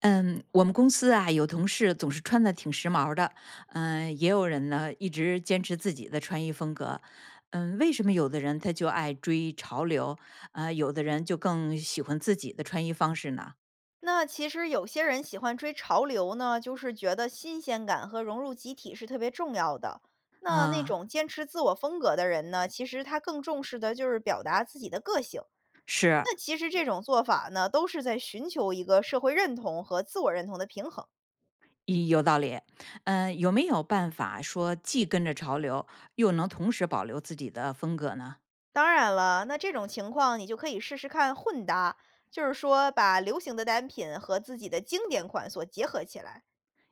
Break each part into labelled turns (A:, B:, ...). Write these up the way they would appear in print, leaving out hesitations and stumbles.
A: 嗯，我们公司啊，有同事总是穿的挺时髦的，也有人呢一直坚持自己的穿衣风格。为什么有的人他就爱追潮流，有的人就更喜欢自己的穿衣方式呢？
B: 那其实有些人喜欢追潮流呢，就是觉得新鲜感和融入集体是特别重要的。那那
A: 啊，
B: 种坚持自我风格的人呢，其实他更重视的就是表达自己的个性。
A: 是，
B: 那其实这种做法呢，都是在寻求一个社会认同和自我认同的平衡。
A: 一有道理。有没有办法说既跟着潮流，又能同时保留自己的风格呢？
B: 当然了，那这种情况你就可以试试看混搭，就是说把流行的单品和自己的经典款所结合起来。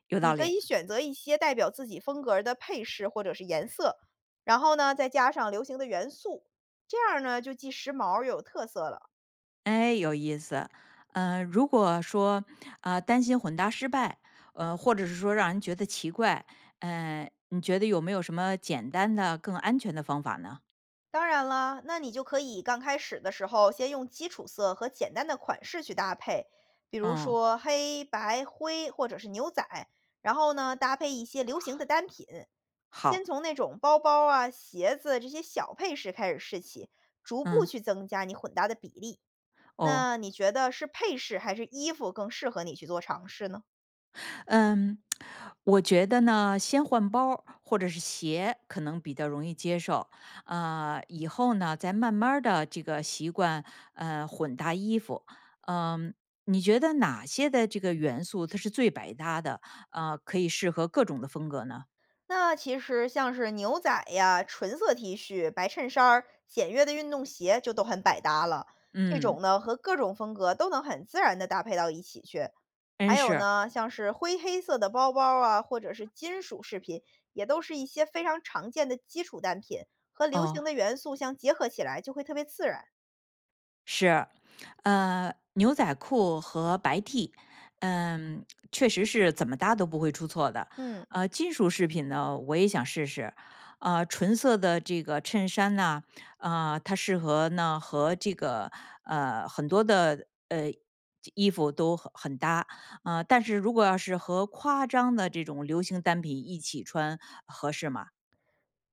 A: 有
B: 你
A: 道
B: 可
A: 理。
B: 以选择一些代表自己风格儿的配饰或者是颜色，然后呢，再加上流行的元素，这样儿呢就既时髦又有特色了。
A: 哎，有意思。如果说担心混搭失败，或者是说让人觉得奇怪，你觉得有没有什么简单的、更安全的方法呢？
B: 当然了，那你就可以刚开始的时候先用基础色和简单的款式去搭配，比如
A: 嗯，
B: 说黑白灰或者是牛仔，然后呢搭配一些流行的单品，先
A: 好，
B: 从那种包包啊、鞋子这些小配饰开始试起，逐步
A: 嗯，
B: 去增加你混搭的比例。
A: 哦。
B: 那你觉得是配饰还是衣服更适合你去做尝试呢？
A: 嗯，我觉得呢，先换包儿或者是鞋可能比较容易接受，以后呢再慢慢的这个习惯，混搭衣服，嗯、你觉得哪些的这个元素它是最百搭的？可以适合各种的风格呢？
B: 那其实像是牛仔呀、纯色 T 恤、白衬衫儿、简约的运动鞋就都很百搭了。这
A: 嗯，
B: 种呢和各种风格都能很自然的搭配到一起去。
A: 真
B: 还有
A: 是。
B: 呢，像是灰黑色的包包啊，或者是金属饰品，也都是一些非常常见的基础单品，和流
A: 哦，
B: 行的元素相结合起来就会特别自然。
A: 是，牛仔裤和白 T，嗯，确实是怎么搭都不会出错的。
B: 嗯。
A: 金属饰品呢，我也想试试。纯色的这个衬衫呢，它适合呢和这个很多的衣服都很搭。但是如果要是和夸张的这种流行单品一起穿，合适吗？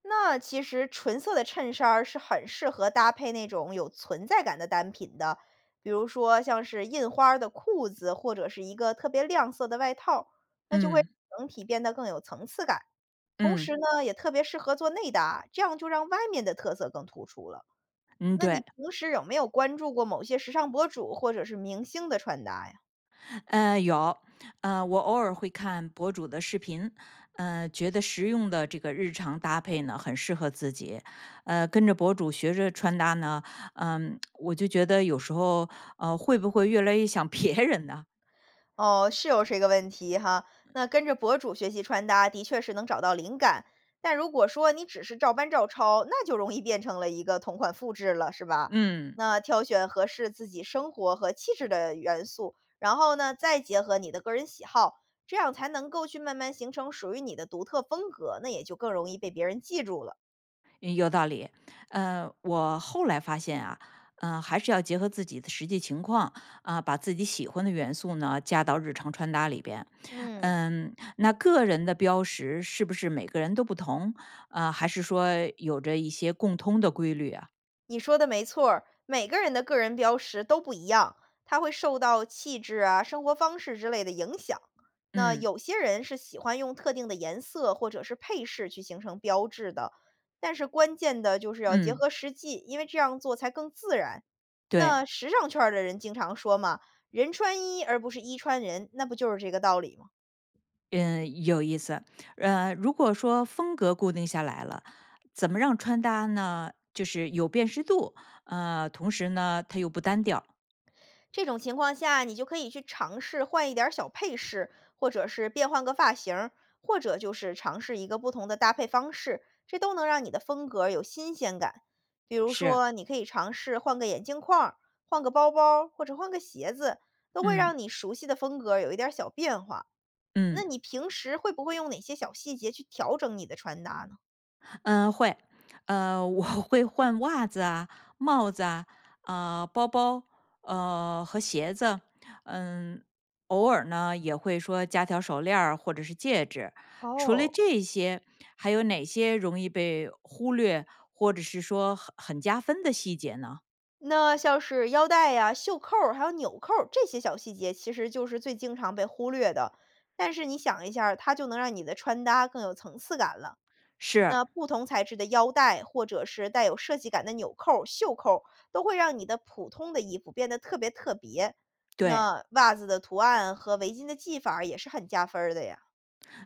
B: 那其实纯色的衬衫儿是很适合搭配那种有存在感的单品的，比如说像是印花儿的裤子，或者是一个特别亮色的外套，那就会
A: 嗯
B: 整体变得更有层次感。同
A: 嗯
B: 时呢，也特别适合做内搭，这样就让外面的特色更突出了。
A: 嗯，
B: 那
A: 对。
B: 你平时有没有关注过某些时尚博主或者是明星的穿搭呀？
A: 嗯，有，我偶尔会看博主的视频，觉得实用的这个日常搭配呢，很适合自己。跟着博主学着穿搭呢，我就觉得有时候，会不会越来越想别人呢？
B: 哦，是有这个问题哈。那跟着博主学习穿搭，的确是能找到灵感。但如果说你只是照搬照抄，那就容易变成了一个同款复制了，是吧？
A: 嗯。
B: 那挑选合适自己生活和气质的元素，然后呢，再结合你的个人喜好，这样才能够去慢慢形成属于你的独特风格，那也就更容易被别人记住了。
A: 嗯有道理。我后来发现啊，还是要结合自己的实际情况啊，把自己喜欢的元素呢加到日常穿搭里边。
B: 嗯。
A: 那个人的标识是不是每个人都不同啊？还是说有着一些共通的规律啊？
B: 你说的没错儿每个人的个人标识都不一样，他会受到气质啊、生活方式之类的影响。那
A: 嗯
B: 有些人是喜欢用特定的颜色或者是配饰去形成标志的，但是关键的就是要结
A: 嗯，
B: 合实际，因为这样做才更自然。
A: 对，
B: 那时尚圈儿的人经常说嘛，人穿衣而不是衣穿人，那不就是这个道理吗？
A: 嗯，有意思。如果说风格固定下来了，怎么让穿搭呢？就是有辨识度，同时呢，它又不单调。
B: 这种情况下，你就可以去尝试换一点儿小配饰，或者是变换个发型儿，或者就是尝试一个不同的搭配方式，这都能让你的风格有新鲜感。比如
A: 是，
B: 说，你可以尝试换个眼镜框儿换个包包儿或者换个鞋子，都会
A: 嗯。
B: 让你熟悉的风格有一点儿小变化。那
A: 嗯。
B: 你平时会不会用哪些小细节去调整你的穿搭呢？
A: 嗯，会。我 会换袜子啊、帽子啊、包包，和鞋子。嗯，偶尔呢，也会说加条手链儿或者是戒指。除了
B: 哦，
A: 这些，还有哪些容易被忽略，或者是说很加分的细节呢？
B: 那像是腰带呀、袖扣儿还有纽扣儿这些小细节，其实就是最经常被忽略的。但是你想一下儿它就能让你的穿搭更有层次感了。
A: 是，
B: 那不同材质的腰带，或者是带有设计感的纽扣儿、袖扣儿，都会让你的普通的衣服变得特别特别。
A: 对。
B: 那袜子的图案和围巾的系法儿也是很加分儿的呀。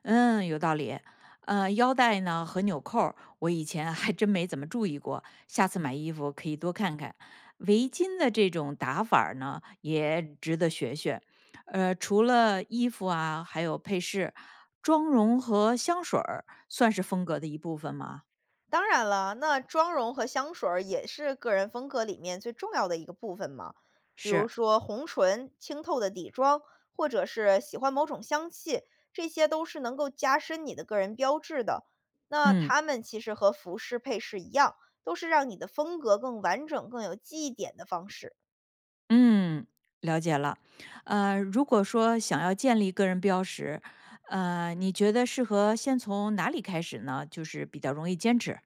A: 嗯，有道理。腰带呢和纽扣儿我以前还真没怎么注意过，下次买衣服可以多看看。围巾的这种打法儿呢，也值得学学。除了衣服啊，还有配饰、妆容和香水儿，算是风格的一部分吗？
B: 当然了，那妆容和香水儿也是个人风格里面最重要的一个部分嘛。比如
A: 是，
B: 说红唇、清透的底妆，或者是喜欢某种香气，这些都是能够加深你的个人标志的。那
A: 嗯
B: 它们其实和服饰配饰一样，都是让你的风格更完整、更有记忆点的方式。
A: 嗯，了解了。如果说想要建立个人标识，你觉得适合先从哪里开始呢？就是比较容易坚持。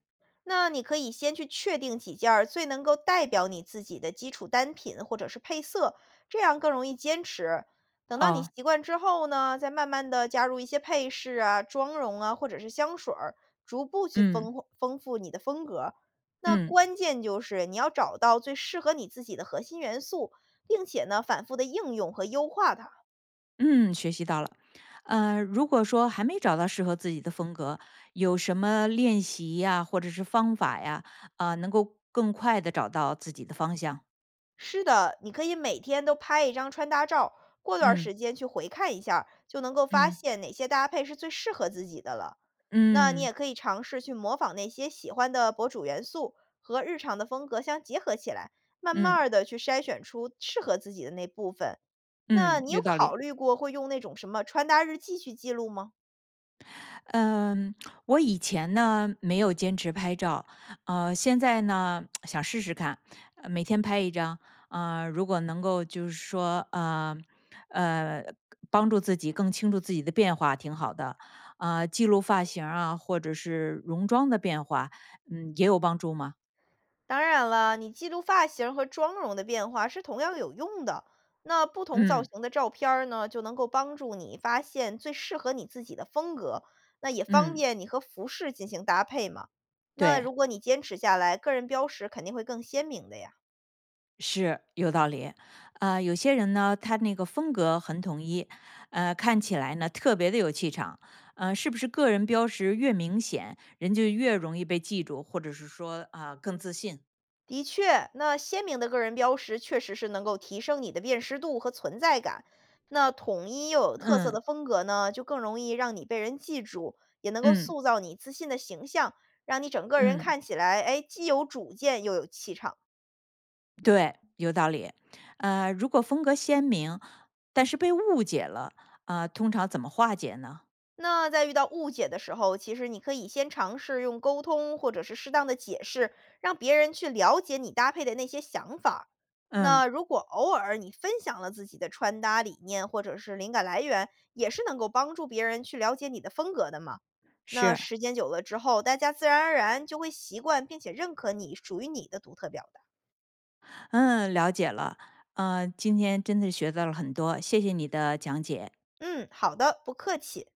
B: 那你可以先去确定几件儿最能够代表你自己的基础单品或者是配色，这样更容易坚持。等到你
A: 哦。
B: 习惯之后呢，再慢慢的加入一些配饰啊、妆容啊，或者是香水儿，逐步去
A: 嗯
B: 丰富你的风格。那
A: 嗯
B: 关键就是你要找到最适合你自己的核心元素，并且呢，反复的应用和优化它。
A: 嗯，学习到了。如果说还没找到适合自己的风格，有什么练习呀，或者是方法呀，能够更快的找到自己的方向？
B: 是的，你可以每天都拍一张穿搭照，过段儿
A: 嗯
B: 时间去回看一下儿就能够发
A: 嗯
B: 现哪些搭配是最适合自己的了。那你
A: 嗯嗯
B: 也可以尝试去模仿那些喜欢的博主元素和日常的风格相结合起来，慢
A: 嗯
B: 慢的去筛选出适合自己的那部分。那
A: 嗯，
B: 你
A: 有
B: 有
A: 道理。
B: 考虑过会用那种什么穿搭日记去记录吗？
A: 嗯，我以前呢没有坚持拍照，现在呢想试试看，每天拍一张，如果能够就是说，呃，帮助自己更清楚自己的变化，挺好的，记录发型儿啊，或者是容妆的变化，也有帮助吗？
B: 当然了，你记录发型和妆容的变化是同样有用的。那不同造
A: 嗯
B: 型的照片儿呢，就能够帮助你发现最适合你自己的风格，那也方
A: 嗯，
B: 便你和服饰进行搭配嘛。那
A: 对。
B: 如果你坚持下来，个人标识肯定会更鲜明的呀。
A: 是有道理，有些人呢，他那个风格很统一，看起来呢特别的有气场，是不是个人标识越明显，人就越容易被记住，或者是说更自信？
B: 的确，那鲜明的个人标识确实是能够提升你的辨识度和存在感。那统一又有特色
A: 嗯
B: 的风格呢，就更容易让你被人记住，也能够
A: 嗯
B: 塑造你自信的形象，让你整个人
A: 嗯，
B: 看起来，哎，既有主见又有气场。
A: 对，有道理。如果风格鲜明，但是被误解了，通常怎么化解呢？
B: 那在遇到误解的时候，其实你可以先尝试用沟通或者是适当的解释，让别人去了解你搭配的那些想法。
A: 嗯，
B: 那如果偶尔你分享了自己的穿搭理念或者是灵感来源，也是能够帮助别人去了解你的风格的嘛。那
A: 是，
B: 时间久了之后，大家自然而然就会习惯并且认可你属于你的独特表达。
A: 嗯，了解了，今天真的学到了很多，谢谢你的讲解。
B: 嗯，好的，不客气。